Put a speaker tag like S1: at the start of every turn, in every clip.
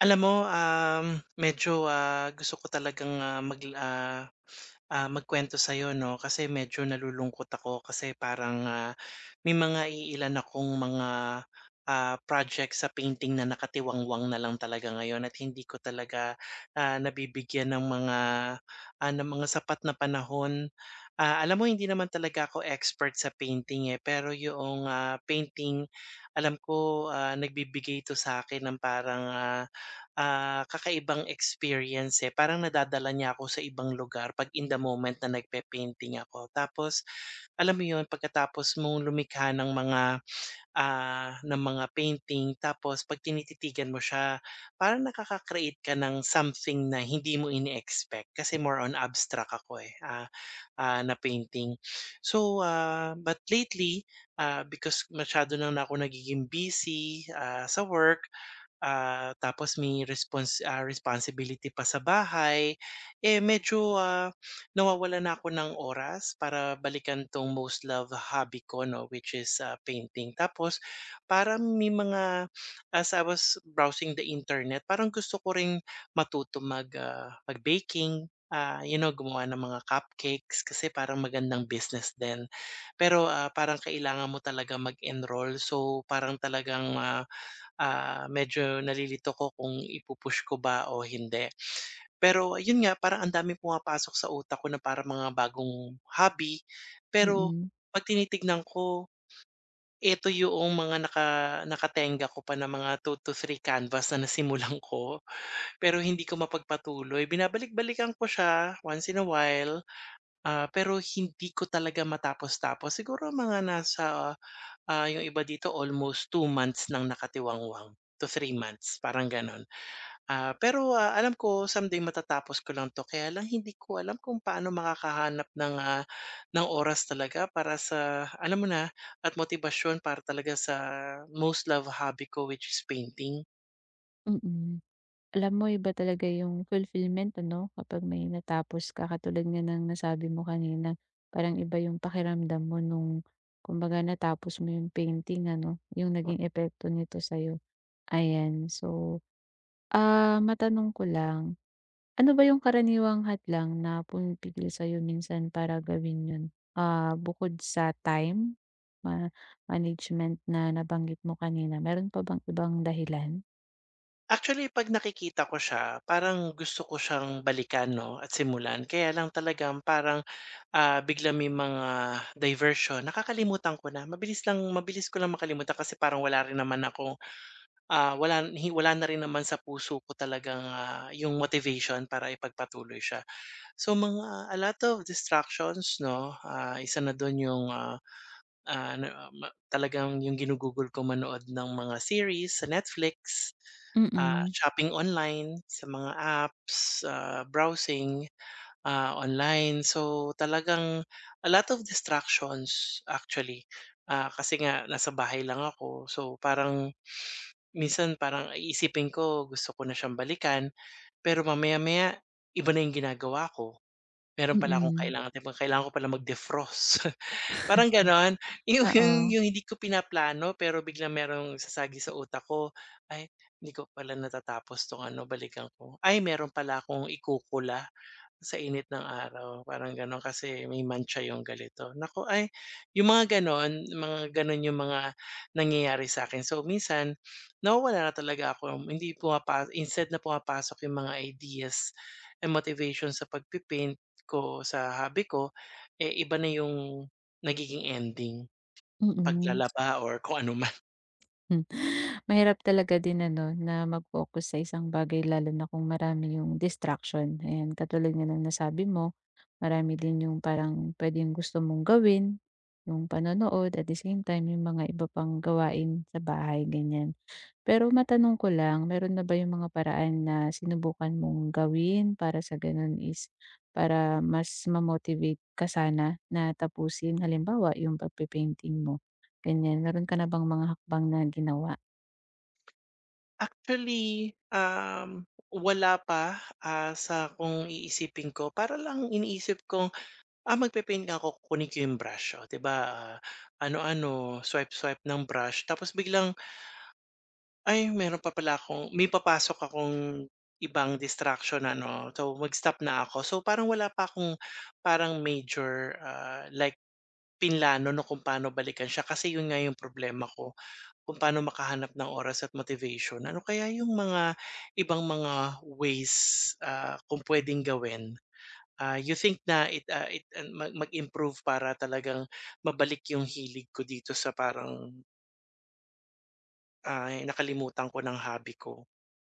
S1: Medyo, gusto ko talagang, magkuwento sa'yo 'no, kasi medyo nalulungkot ako kasi parang, may mga iilan akong mga project sa painting na nakatiwangwang na lang talaga ngayon at hindi ko talaga, nabibigyan ng mga sapat na panahon. Ah, alam mo hindi naman talaga ako expert sa painting, eh, pero yung painting alam ko, nagbibigay ito sa akin ng parang, kakaibang experience, eh, parang nadadala niya ako sa ibang lugar 'pag in the moment na nagpe-painting ako. Tapos alam mo 'yun, pagkatapos mong lumikha ng mga painting tapos 'pag tinititigan mo siya, parang nakaka-create ka ng something na hindi mo ini-expect kasi more on abstract ako, eh, na painting. So, but lately, because masyado na ako nagiging busy, sa work, tapos may responsibility pa sa bahay, eh, medyo, nawawalan na ako ng oras para balikan 'tong most loved hobby ko 'no, which is, painting. Tapos para may mga as I was browsing the internet, parang gusto ko ring matuto mag-baking, gumawa ng mga cupcakes kasi parang magandang business din. Pero, parang kailangan mo talaga mag-enroll so parang talagang, medyo nalilito ko kung ipupush ko ba o hindi. Pero yun nga, parang ang daming pumapasok sa utak ko na para mga bagong hobby, pero
S2: Mm,
S1: 'pag tinitignan ko, ito yung mga nakatenga ko pa na mga 2 to 3 canvas na nasimulan ko, pero hindi ko mapagpatuloy. Binabalik-balikan ko siya once in a while, pero hindi ko talaga matapos-tapos. Siguro mga nasa yung iba dito almost 2 months ng nakatiwangwang to 3 months, parang gano'n. Alam ko someday matatapos ko lang 'to kaya lang hindi ko alam kung paano makakahanap ng, ng oras talaga para sa alam mo na, at motibasyon para talaga sa most love hobby ko which is painting.
S2: mm. Alam mo iba talaga yung fulfillment ano, kapag may natapos ka katulad nga ng nasabi mo kanina. Parang iba yung pakiramdam mo nung kumbaga natapos mo yung painting ano, yung naging epekto nito sa'yo, ayan. So, matanong ko lang, ano ba yung karaniwang hadlang na pumipigil sa'yo minsan para gawin yun? Bukod sa time, ma management na nabanggit mo kanina, meron pa bang ibang dahilan?
S1: Actually 'pag nakikita ko siya parang gusto ko siyang balikan 'no, at simulan kaya lang talagang parang biglang may mga diversion, nakakalimutan ko na. Mabilis ko lang makalimutan kasi parang wala rin naman ako, wala na rin naman sa puso ko talagang, yung motivation para ipagpatuloy siya. So mga a lot of distractions 'no, isa na dun yung, ah Ah, ano, ah, ma talagang yung ginugugol ko manood ng mga series sa Netflix,
S2: Mm.
S1: shopping online sa mga apps, browsing, online. So, talagang a lot of distractions actually. Kasi nga nasa bahay lang ako, so parang minsan parang iisipin ko gusto ko na siyang balikan, pero mamaya-maya iba na yung ginagawa ko. Meron pala akong
S2: Mm,
S1: kailangan 'di ba, kailangan ko pala mag-defrost. Parang gano'n. Yung yung
S2: oo,
S1: yung hindi ko pinaplano pero biglang merong sasagi sa utak ko, "Ay, hindi ko pala natatapos 'tong ano, balikan ko. Ay meron pala akong ikukula." Sa init ng araw, parang gano'n. Kasi may mantsa yung ganito. Naku, ay yung mga gano'n yung mga nangyayari sa akin. So, minsan nawawala na talaga ako, hindi pumapa instead na pumapasok yung mga ideas and motivation sa pagpipaint ko, sa hobby ko, eh, iba na yung nagiging ending,
S2: mm.
S1: paglalaba or kung ano man.
S2: Hmm, mahirap talaga din ano na mag-focus sa isang bagay lalo na kung marami yung distraction, ayan katulad nga ng nasabi mo, marami din yung parang puwedeng gusto mong gawin, yung panonood at the same time yung mga iba pang gawain sa bahay, ganyan. Pero matanong ko lang, meron na ba yung mga paraan na sinubukan mong gawin para sa ganun is para mas ma-motivate ka sana na tapusin, halimbawa yung pagpe-painting mo, ganyan. Meron ka na bang mga hakbang na ginawa?
S1: Actually, wala pa, sa kung iisipin ko para lang iniisip kong magpe-paint nga ako, kukunin ko yung brush, oh, 'di ba, ano-ano, swipe-swipe ng brush tapos biglang, ay meron pa pala akong may papasok akong ibang distraction na ano, so mag-stop na ako. So parang wala pa akong parang major, like plinano na kung paano balikan siya kasi yun nga yung problema ko, kung paano makahanap ng oras at motivation. Ano kaya yung mga ibang mga ways, kung puwedeng gawin? You think na it an mag-improve para talagang mabalik yung hilig ko dito sa parang, nakalimutan ko ng hobby ko.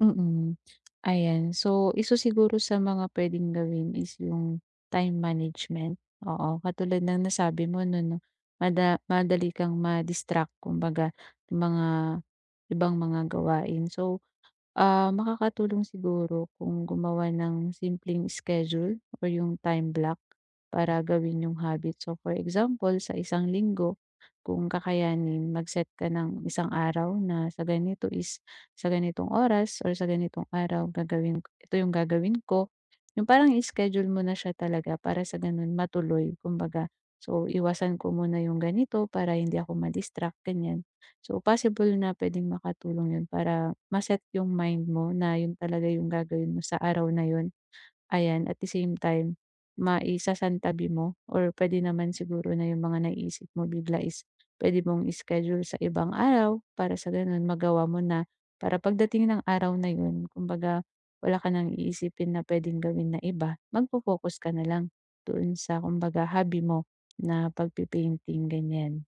S2: Mm, ayan. So, isa siguro sa mga puwedeng gawin is yung time management, oo. Katulad ng nasabi mo 'no 'no, madali kang ma-distract kumbaga, ng mga ibang mga gawain. So, makakatulong siguro kung gumawa ng simpleng schedule or yung time block para gawin yung habit. So, for example, sa isang linggo, kung kakayanin, mag-set ka ng isang araw na sa ganito is sa ganitong oras or sa ganitong araw ito yung gagawin ko. Yung parang i-schedule mo na siya talaga para sa ganun matuloy, kumbaga. So, iwasan ko muna yung ganito para hindi ako ma-distract, ganyan. So, possible na puwedeng makatulong 'yun para maset yung mind mo na 'yun talaga yung gagawin mo sa araw na 'yun. Ayan, at the same time, maisasantabi mo or puwede naman siguro na yung mga naiisip mo bigla is puwede mong i-schedule sa ibang araw para sa gano'n magawa mo na. Para pagdating ng araw na 'yun, kumbaga wala ka nang iisipin na puwedeng gawin na iba, magfo-focus ka na lang doon sa kumbaga hobby mo na pagpe-painting, ganiyan.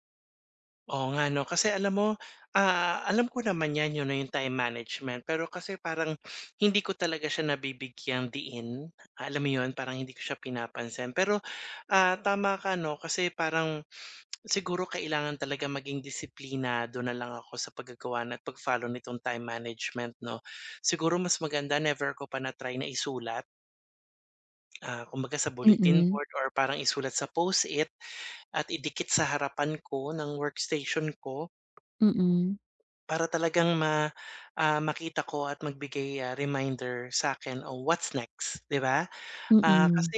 S1: Oo nga 'no, kasi alam mo, alam ko naman 'yan, yun na yung time management, pero kasi parang hindi ko talaga siya nabibigyang diin. Alam mo yun, parang hindi ko siya pinapansin. Pero, tama ka 'no, kasi parang siguro kailangan talaga maging disiplinado na lang ako sa paggagawa na at pag-follow nitong time management 'no. Siguro mas maganda never ko pa na-try na isulat, kumbaga sa bulletin
S2: Mm,
S1: board or parang isulat sa Post-it at idikit sa harapan ko ng workstation ko
S2: mm.
S1: para talagang makita ko at magbigay, reminder sa akin o what's next, 'di ba? Ah,
S2: Mm,
S1: kasi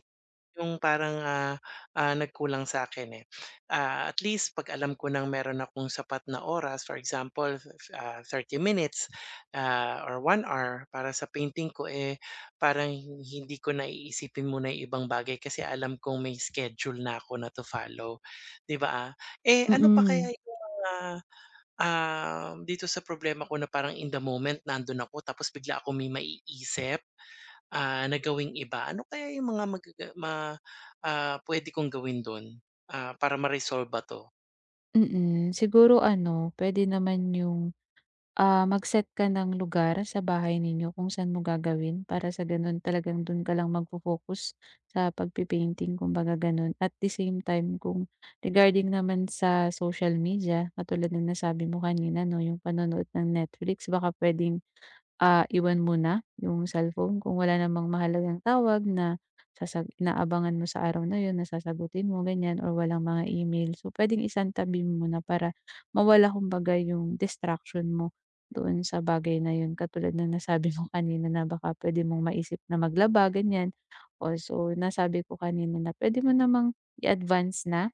S1: Yung parang, nagkulang sa akin eh. At least 'pag alam ko ng meron akong sapat na oras, for example, 30 minutes, or one hour para sa painting ko, eh, parang hindi ko na iisipin muna yung ibang bagay kasi alam kong may schedule na ako na to follow, 'di ba? Eh, ano pa
S2: mm,
S1: kaya yung mga, dito sa problema ko na parang in the moment nandun ako tapos bigla ako may maiisip? Na gawing iba, ano kaya yung mga puwede kong gawin dun, ah, para ma ba 'to?
S2: mm. Siguro ano, puwede naman yung, mag-set ka ng lugar sa bahay ninyo kung saan mo gagawin para sa gano'n talagang do'n ka lang magfo-focus sa pagpe-painting kumbaga gano'n. At the same time kung regarding naman sa social media, katulad ng nasabi mo kanina 'no, yung panonood ng Netflix baka puwedeng iwan muna yung cellphone kung wala namang mahalagang tawag na sasag inaabangan mo sa araw na yun na sasagutin mo ganyan or walang mga email. So, puwedeng isantabi mo muna para mawala kumbaga yung distraction mo doon sa bagay na yun. Katulad na nasabi mo kanina na baka puwede mong maisip na maglaba ganyan. Also, nasabi ko kanina na puwede mo namang i-advance na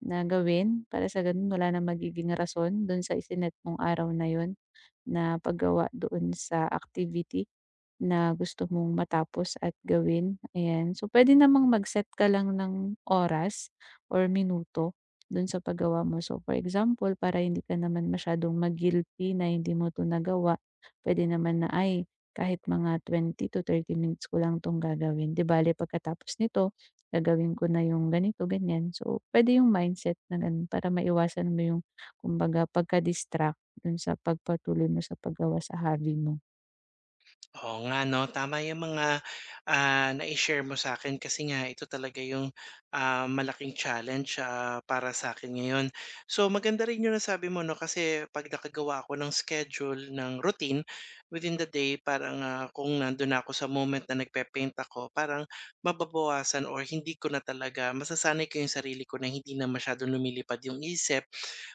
S2: na gawin para sa ganun wala na magiging rason do'n sa isinet mong araw na yun. Na paggawa doon sa activity. Na gusto mong matapos at gawin, ayan. So, pwede namang mag-set ka lang ng oras or minuto dun sa paggawa mo. So, for example, para hindi ka naman masyadong ma-guilty na hindi mo 'to nagawa, puwede naman na, "Ay, kahit mga 20 to 30 minutes ko lang 'tong gagawin. 'Di bale pagkatapos nito gagawin ko na yung ganito, ganyan." So, pwede yung mindset na gano'n para maiwasan mo yung kumbaga pagka-distract do'n sa pagpatuloy mo sa paggawa sa hobby mo.
S1: Oo nga 'no, tama yung mga, nai-share mo sa akin kasi nga ito talaga yung, malaking challenge, para sa akin ngayon. So maganda rin yung nasabi mo 'no, kasi 'pag nakagawa ako ng schedule, ng routine within the day parang, kung nandun ako sa moment na nagpe-paint ako parang mababawasan or hindi ko na talaga masasanay ko yung sarili ko na hindi na masyadong lumilipad yung isip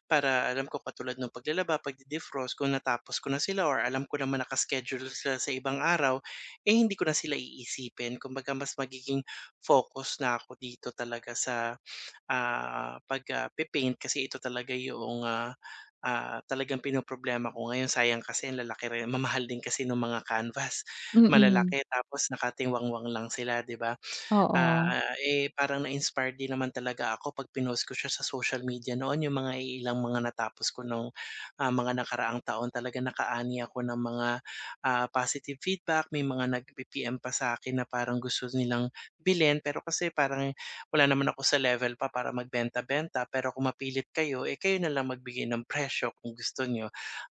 S1: para alam ko katulad nung paglalaba, pagde-defrost kung natapos ko na sila or alam ko naman naka sila sa ibang araw, eh, hindi ko na sila iisipin. Kumbaga mas magiging focus na ako dito talaga sa, paint kasi ito talaga yung, talagang pinoproblema ko ngayon. Sayang kasi ang lalaki rin mamahal din kasi nung mga canvas,
S2: Mm.
S1: malalaki tapos nakatingwangwang lang sila, 'di ba?
S2: Oo,
S1: Parang na-inspire din naman talaga ako 'pag pinost ko siya sa social media noon, yung mga ilang mga natapos ko nung, mga nakaraang taon. Talaga nakaani ako ng mga, positive feedback, may mga nag-pi-PM pa sa'kin na parang gusto nilang bilhin. Pero kasi parang wala naman ako sa level pa para magbenta-benta, pero kung mapilit kayo, eh, kayo na lang magbigay ng presyo kung gusto niyo.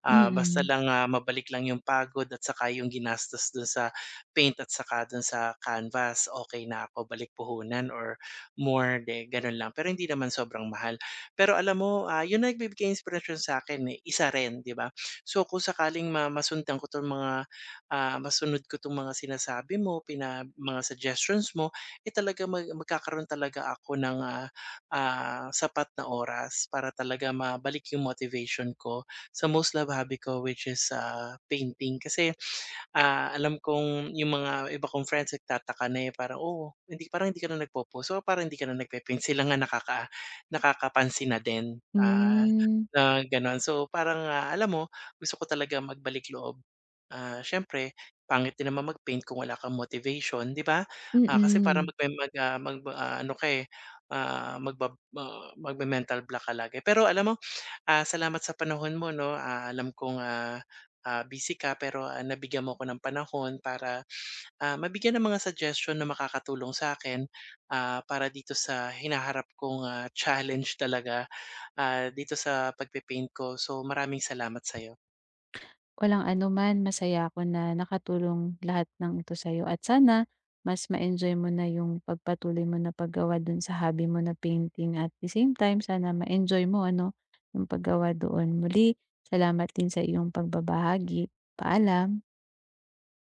S1: Ah, basta
S2: mm.
S1: lang, ah, mabalik lang yung pagod at saka yung ginastos dun sa paint at saka dun sa canvas, okay na ako balik puhunan or more de ganun lang. Pero hindi naman sobrang mahal. Pero alam mo, yun ang nagbibigay inspirasyon sa'kin, eh, isa rin, 'di ba? So, kung sakaling ma masundan ko 'tong mga, ah, masunod ko 'tong mga sinasabi mo, mga suggestions mo, eh, talaga mag magkakaroon talaga ako ng, sapat na oras para talaga mabalik yung motivation ko sa most lovahobby ko which is, painting. Kasi alam kong yung mga iba kong friends nagtataka na, eh, parang, "Oh, hindi parang hindi ka na nagpo-post, so parang hindi ka na nagpe-paint." Sila nga nakakapansin na din,
S2: Hmm,
S1: na gano'n. So parang, alam mo, gusto ko talaga magbalik loob. Siyempre pangit din naman mag-paint kung wala kang motivation, 'di ba? Ah, kasi parang
S2: mm.
S1: magme mag ah, ano ka, eh, magme-mental block ka lagi. Pero alam mo, salamat sa panahon mo 'no, alam kong, busy ka pero, nabigyan mo ako ng panahon para, mabigyan ng mga suggestion na makakatulong sa'kin, para dito sa hinaharap kong, challenge talaga, dito sa pagpe ko. So, maraming salamat sa'yo.
S2: Walang anuman masaya ako na nakatulong lahat ng ito sa'yo at sana mas ma-enjoy mo na yung pagpatuloy mo na paggawa dun sa hobby mo na painting at the same time sana ma-enjoy mo ano, yung paggawa doon. Muli, salamat din sa iyong pagbabahagi. Paalam.